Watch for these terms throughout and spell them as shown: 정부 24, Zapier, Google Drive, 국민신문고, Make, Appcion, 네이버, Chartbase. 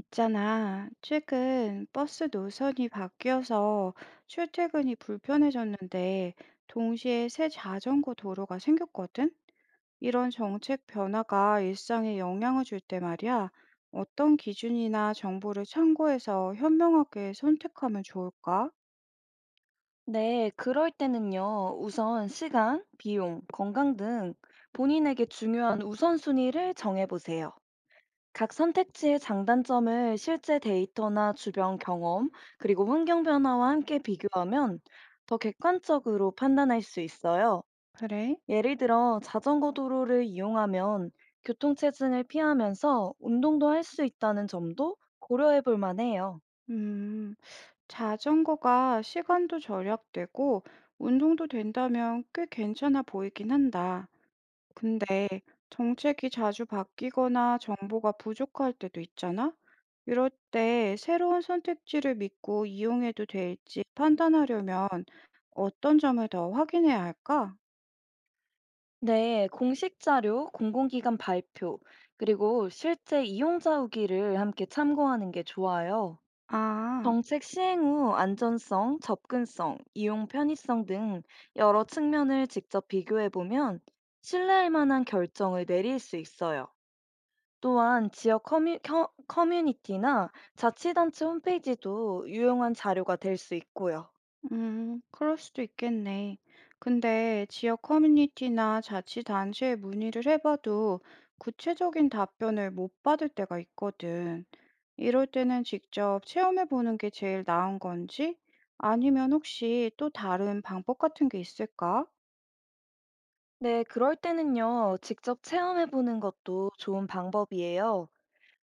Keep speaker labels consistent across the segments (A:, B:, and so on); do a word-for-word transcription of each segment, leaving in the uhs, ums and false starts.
A: 있잖아, 최근 버스 노선이 바뀌어서 출퇴근이 불편해졌는데, 동시에 새 자전거 도로가 생겼거든? 이런 정책 변화가 일상에 영향을 줄 때 말이야, 어떤 기준이나 정보를 참고해서 현명하게 선택하면 좋을까?
B: 네, 그럴 때는요, 우선 시간, 비용, 건강 등 본인에게 중요한 우선순위를 정해보세요. 각 선택지의 장단점을 실제 데이터나 주변 경험, 그리고 환경 변화와 함께 비교하면 더 객관적으로 판단할 수 있어요.
A: 그래?
B: 예를 들어, 자전거 도로를 이용하면 교통체증을 피하면서 운동도 할 수 있다는 점도 고려해 볼 만해요.
A: 음, 자전거가 시간도 절약되고, 운동도 된다면 꽤 괜찮아 보이긴 한다. 근데 정책이 자주 바뀌거나 정보가 부족할 때도 있잖아? 이럴 때 새로운 선택지를 믿고 이용해도 될지 판단하려면 어떤 점을 더 확인해야 할까?
B: 네, 공식 자료, 공공기관 발표, 그리고 실제 이용자 후기를 함께 참고하는 게 좋아요.
A: 아,
B: 정책 시행 후 안전성, 접근성, 이용 편의성 등 여러 측면을 직접 비교해 보면 신뢰할 만한 결정을 내릴 수 있어요. 또한 지역 커뮤, 커, 커뮤니티나 자치단체 홈페이지도 유용한 자료가 될 수 있고요.
A: 음, 그럴 수도 있겠네. 근데 지역 커뮤니티나 자치단체에 문의를 해봐도 구체적인 답변을 못 받을 때가 있거든. 이럴 때는 직접 체험해 보는 게 제일 나은 건지? 아니면 혹시 또 다른 방법 같은 게 있을까?
B: 네, 그럴 때는요, 직접 체험해 보는 것도 좋은 방법이에요.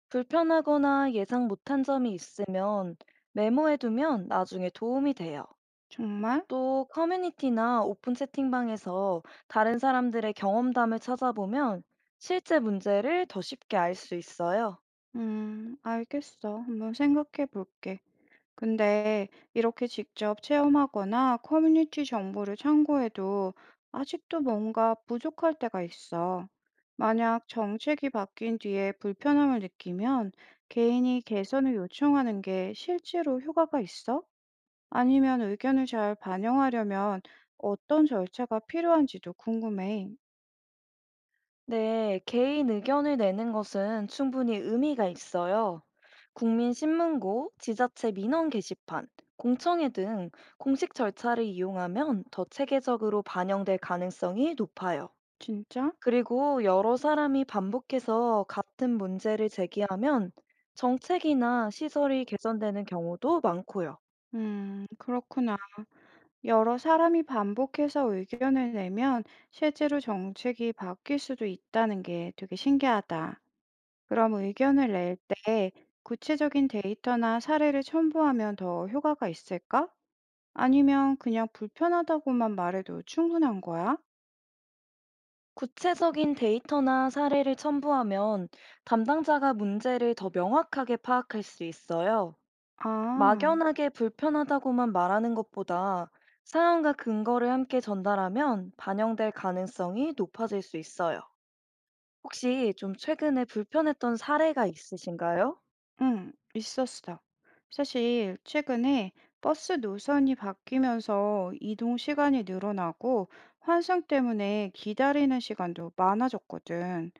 B: 불편하거나 예상 못한 점이 있으면 메모해두면 나중에 도움이 돼요.
A: 정말?
B: 또 커뮤니티나 오픈 채팅방에서 다른 사람들의 경험담을 찾아보면 실제 문제를 더 쉽게 알 수 있어요.
A: 음, 알겠어. 한번 생각해 볼게. 근데 이렇게 직접 체험하거나 커뮤니티 정보를 참고해도 아직도 뭔가 부족할 때가 있어. 만약 정책이 바뀐 뒤에 불편함을 느끼면 개인이 개선을 요청하는 게 실제로 효과가 있어? 아니면 의견을 잘 반영하려면 어떤 절차가 필요한지도 궁금해.
B: 네, 개인 의견을 내는 것은 충분히 의미가 있어요. 국민신문고, 지자체 민원 게시판, 공청회 등 공식 절차를 이용하면 더 체계적으로 반영될 가능성이 높아요.
A: 진짜?
B: 그리고 여러 사람이 반복해서 같은 문제를 제기하면 정책이나 시설이 개선되는 경우도 많고요.
A: 음, 그렇구나. 여러 사람이 반복해서 의견을 내면 실제로 정책이 바뀔 수도 있다는 게 되게 신기하다. 그럼 의견을 낼 때 구체적인 데이터나 사례를 첨부하면 더 효과가 있을까? 아니면 그냥 불편하다고만 말해도 충분한 거야?
B: 구체적인 데이터나 사례를 첨부하면 담당자가 문제를 더 명확하게 파악할 수 있어요.
A: 아.
B: 막연하게 불편하다고만 말하는 것보다 사연과 근거를 함께 전달하면 반영될 가능성이 높아질 수 있어요. 혹시 좀 최근에 불편했던 사례가 있으신가요?
A: 응, 있었어. 사실 최근에 버스 노선이 바뀌면서 이동 시간이 늘어나고 환승 때문에 기다리는 시간도 많아졌거든.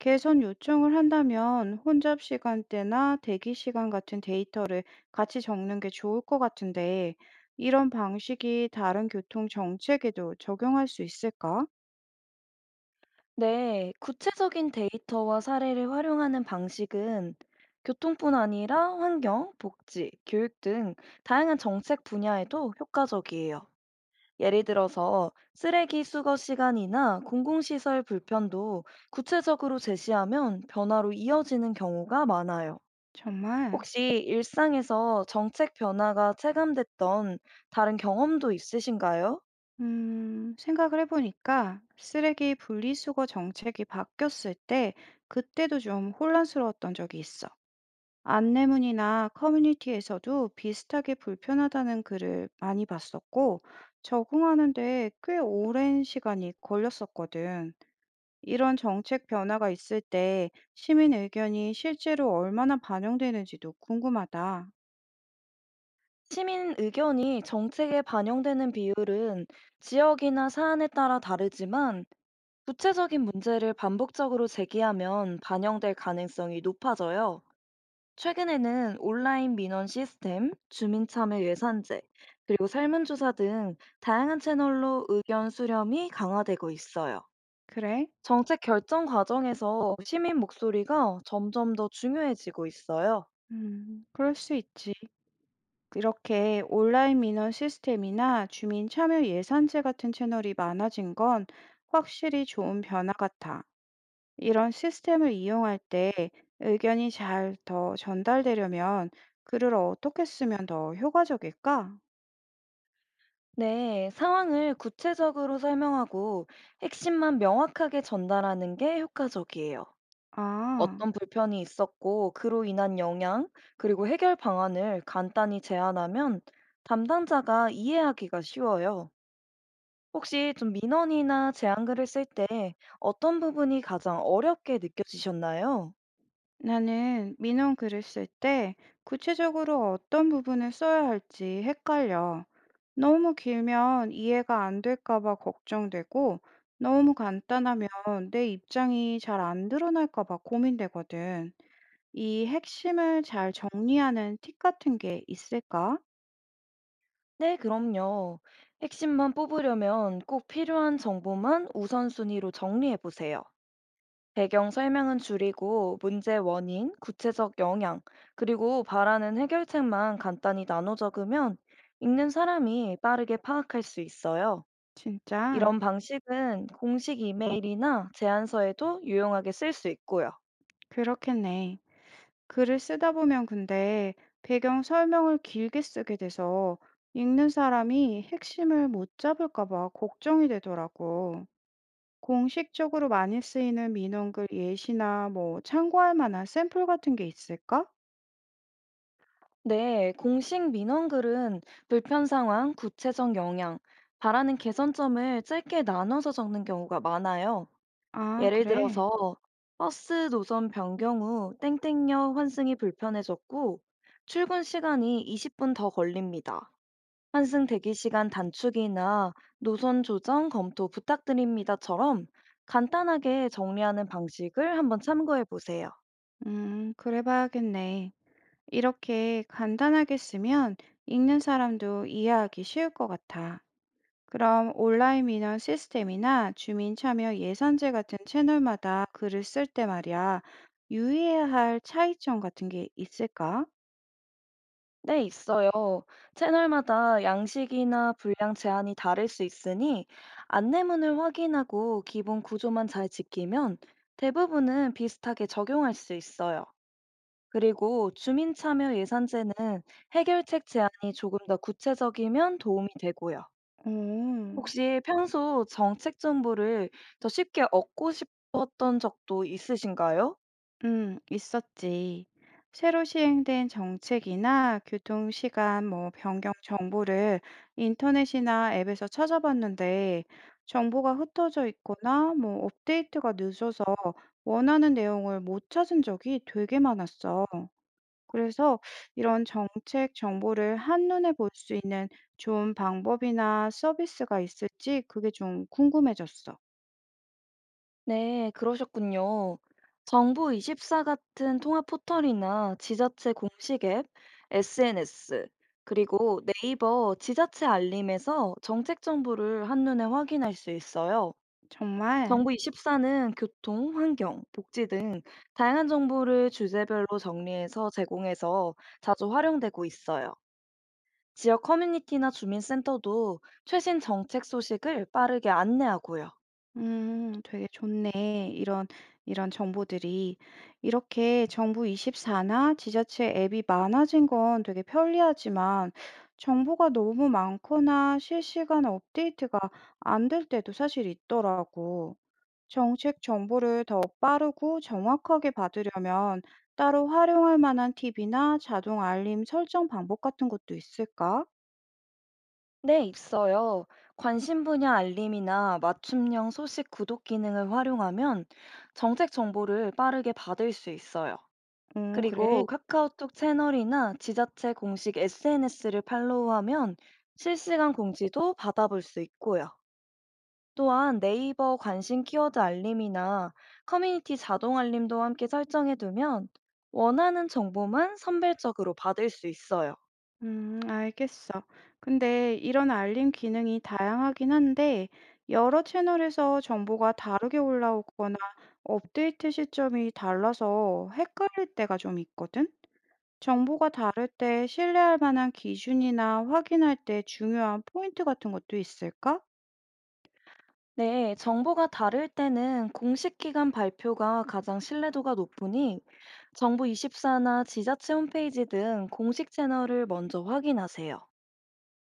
A: 개선 요청을 한다면 혼잡 시간대나 대기 시간 같은 데이터를 같이 적는 게 좋을 것 같은데 이런 방식이 다른 교통 정책에도 적용할 수 있을까?
B: 네, 구체적인 데이터와 사례를 활용하는 방식은 교통뿐 아니라 환경, 복지, 교육 등 다양한 정책 분야에도 효과적이에요. 예를 들어서 쓰레기 수거 시간이나 공공시설 불편도 구체적으로 제시하면 변화로 이어지는 경우가 많아요.
A: 정말.
B: 혹시 일상에서 정책 변화가 체감됐던 다른 경험도 있으신가요?
A: 음, 생각을 해보니까 쓰레기 분리수거 정책이 바뀌었을 때 그때도 좀 혼란스러웠던 적이 있어. 안내문이나 커뮤니티에서도 비슷하게 불편하다는 글을 많이 봤었고, 적응하는데 꽤 오랜 시간이 걸렸었거든. 이런 정책 변화가 있을 때 시민 의견이 실제로 얼마나 반영되는지도 궁금하다.
B: 시민 의견이 정책에 반영되는 비율은 지역이나 사안에 따라 다르지만 구체적인 문제를 반복적으로 제기하면 반영될 가능성이 높아져요. 최근에는 온라인 민원 시스템, 주민참여 예산제, 그리고 설문조사 등 다양한 채널로 의견 수렴이 강화되고 있어요.
A: 그래?
B: 정책 결정 과정에서 시민 목소리가 점점 더 중요해지고 있어요.
A: 음, 그럴 수 있지. 이렇게 온라인 민원 시스템이나 주민 참여 예산제 같은 채널이 많아진 건 확실히 좋은 변화 같아. 이런 시스템을 이용할 때 의견이 잘 더 전달되려면 글을 어떻게 쓰면 더 효과적일까?
B: 네, 상황을 구체적으로 설명하고 핵심만 명확하게 전달하는 게 효과적이에요.
A: 아,
B: 어떤 불편이 있었고, 그로 인한 영향, 그리고 해결 방안을 간단히 제안하면 담당자가 이해하기가 쉬워요. 혹시 좀 민원이나 제안글을 쓸 때 어떤 부분이 가장 어렵게 느껴지셨나요?
A: 나는 민원 글을 쓸 때 구체적으로 어떤 부분을 써야 할지 헷갈려. 너무 길면 이해가 안 될까 봐 걱정되고, 너무 간단하면 내 입장이 잘 안 드러날까 봐 고민되거든. 이 핵심을 잘 정리하는 팁 같은 게 있을까?
B: 네, 그럼요. 핵심만 뽑으려면 꼭 필요한 정보만 우선순위로 정리해 보세요. 배경 설명은 줄이고 문제 원인, 구체적 영향, 그리고 바라는 해결책만 간단히 나눠 적으면 읽는 사람이 빠르게 파악할 수 있어요.
A: 진짜?
B: 이런 방식은 공식 이메일이나 제안서에도 유용하게 쓸 수 있고요.
A: 그렇겠네. 글을 쓰다 보면 근데 배경 설명을 길게 쓰게 돼서 읽는 사람이 핵심을 못 잡을까 봐 걱정이 되더라고. 공식적으로 많이 쓰이는 민원글 예시나 뭐 참고할 만한 샘플 같은 게 있을까?
B: 네, 공식 민원글은 불편 상황, 구체적 영향, 바라는 개선점을 짧게 나눠서 적는 경우가 많아요.
A: 아,
B: 예를
A: 그래.
B: 들어서 버스 노선 변경 후 땡땡역 환승이 불편해졌고 출근 시간이 이십 분 더 걸립니다. 환승 대기 시간 단축이나 노선 조정 검토 부탁드립니다처럼 간단하게 정리하는 방식을 한번 참고해 보세요.
A: 음, 그래 봐야겠네. 이렇게 간단하게 쓰면 읽는 사람도 이해하기 쉬울 것 같아. 그럼 온라인 민원 시스템이나 주민 참여 예산제 같은 채널마다 글을 쓸 때 말이야, 유의해야 할 차이점 같은 게 있을까?
B: 네, 있어요. 채널마다 양식이나 분량 제한이 다를 수 있으니 안내문을 확인하고 기본 구조만 잘 지키면 대부분은 비슷하게 적용할 수 있어요. 그리고 주민 참여 예산제는 해결책 제안이 조금 더 구체적이면 도움이 되고요.
A: 오.
B: 혹시 평소 정책 정보를 더 쉽게 얻고 싶었던 적도 있으신가요?
A: 음, 있었지. 새로 시행된 정책이나 교통 시간 뭐 변경 정보를 인터넷이나 앱에서 찾아봤는데 정보가 흩어져 있거나 뭐 업데이트가 늦어서 원하는 내용을 못 찾은 적이 되게 많았어. 그래서 이런 정책 정보를 한눈에 볼 수 있는 좋은 방법이나 서비스가 있을지 그게 좀 궁금해졌어.
B: 네, 그러셨군요. 정부 이십사 같은 통합 포털이나 지자체 공식 앱, 에스엔에스, 그리고 네이버 지자체 알림에서 정책 정보를 한눈에 확인할 수 있어요.
A: 정말
B: 정부 이십사는 교통, 환경, 복지 등 다양한 정보를 주제별로 정리해서 제공해서 자주 활용되고 있어요. 지역 커뮤니티나 주민센터도 최신 정책 소식을 빠르게 안내하고요.
A: 음 되게 좋네. 이런 이런 정보들이. 이렇게 정부이십사나 지자체 앱이 많아진 건 되게 편리하지만 정보가 너무 많거나 실시간 업데이트가 안 될 때도 사실 있더라고. 정책 정보를 더 빠르고 정확하게 받으려면 따로 활용할 만한 팁이나 자동 알림 설정 방법 같은 것도 있을까?
B: 네, 있어요. 관심 분야 알림이나 맞춤형 소식 구독 기능을 활용하면 정책 정보를 빠르게 받을 수 있어요.
A: 음, 그래.
B: 그리고 카카오톡 채널이나 지자체 공식 에스엔에스를 팔로우하면 실시간 공지도 받아볼 수 있고요. 또한 네이버 관심 키워드 알림이나 커뮤니티 자동 알림도 함께 설정해두면 원하는 정보만 선별적으로 받을 수 있어요.
A: 음, 알겠어. 근데 이런 알림 기능이 다양하긴 한데, 여러 채널에서 정보가 다르게 올라오거나 업데이트 시점이 달라서 헷갈릴 때가 좀 있거든? 정보가 다를 때 신뢰할 만한 기준이나 확인할 때 중요한 포인트 같은 것도 있을까?
B: 네, 정보가 다를 때는 공식 기관 발표가 가장 신뢰도가 높으니 정부이십사나 지자체 홈페이지 등 공식 채널을 먼저 확인하세요.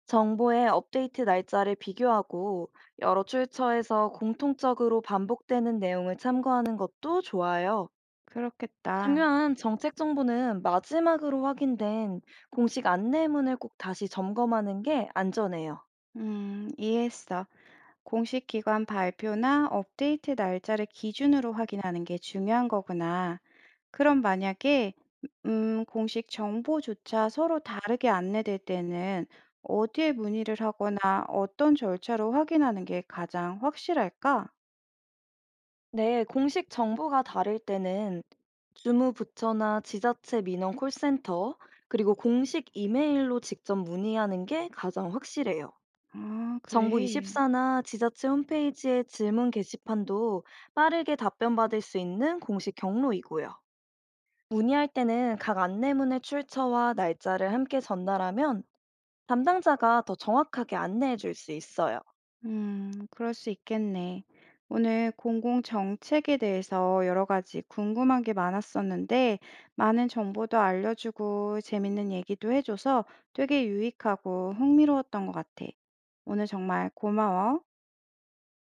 B: 정보의 업데이트 날짜를 비교하고 여러 출처에서 공통적으로 반복되는 내용을 참고하는 것도 좋아요.
A: 그렇겠다.
B: 중요한 정책 정보는 마지막으로 확인된 공식 안내문을 꼭 다시 점검하는 게 안전해요.
A: 음, 이해했어. 공식 기관 발표나 업데이트 날짜를 기준으로 확인하는 게 중요한 거구나. 그럼 만약에 음 공식 정보조차 서로 다르게 안내될 때는 어디에 문의를 하거나 어떤 절차로 확인하는 게 가장 확실할까?
B: 네, 공식 정보가 다를 때는 주무부처나 지자체 민원 콜센터, 그리고 공식 이메일로 직접 문의하는 게 가장 확실해요.
A: 아,
B: 정부
A: 그래.
B: 이십사나 지자체 홈페이지의 질문 게시판도 빠르게 답변 받을 수 있는 공식 경로이고요. 문의할 때는 각 안내문의 출처와 날짜를 함께 전달하면 담당자가 더 정확하게 안내해 줄 수 있어요.
A: 음, 그럴 수 있겠네. 오늘 공공 정책에 대해서 여러 가지 궁금한 게 많았었는데, 많은 정보도 알려주고 재밌는 얘기도 해줘서 되게 유익하고 흥미로웠던 것 같아. 오늘 정말 고마워.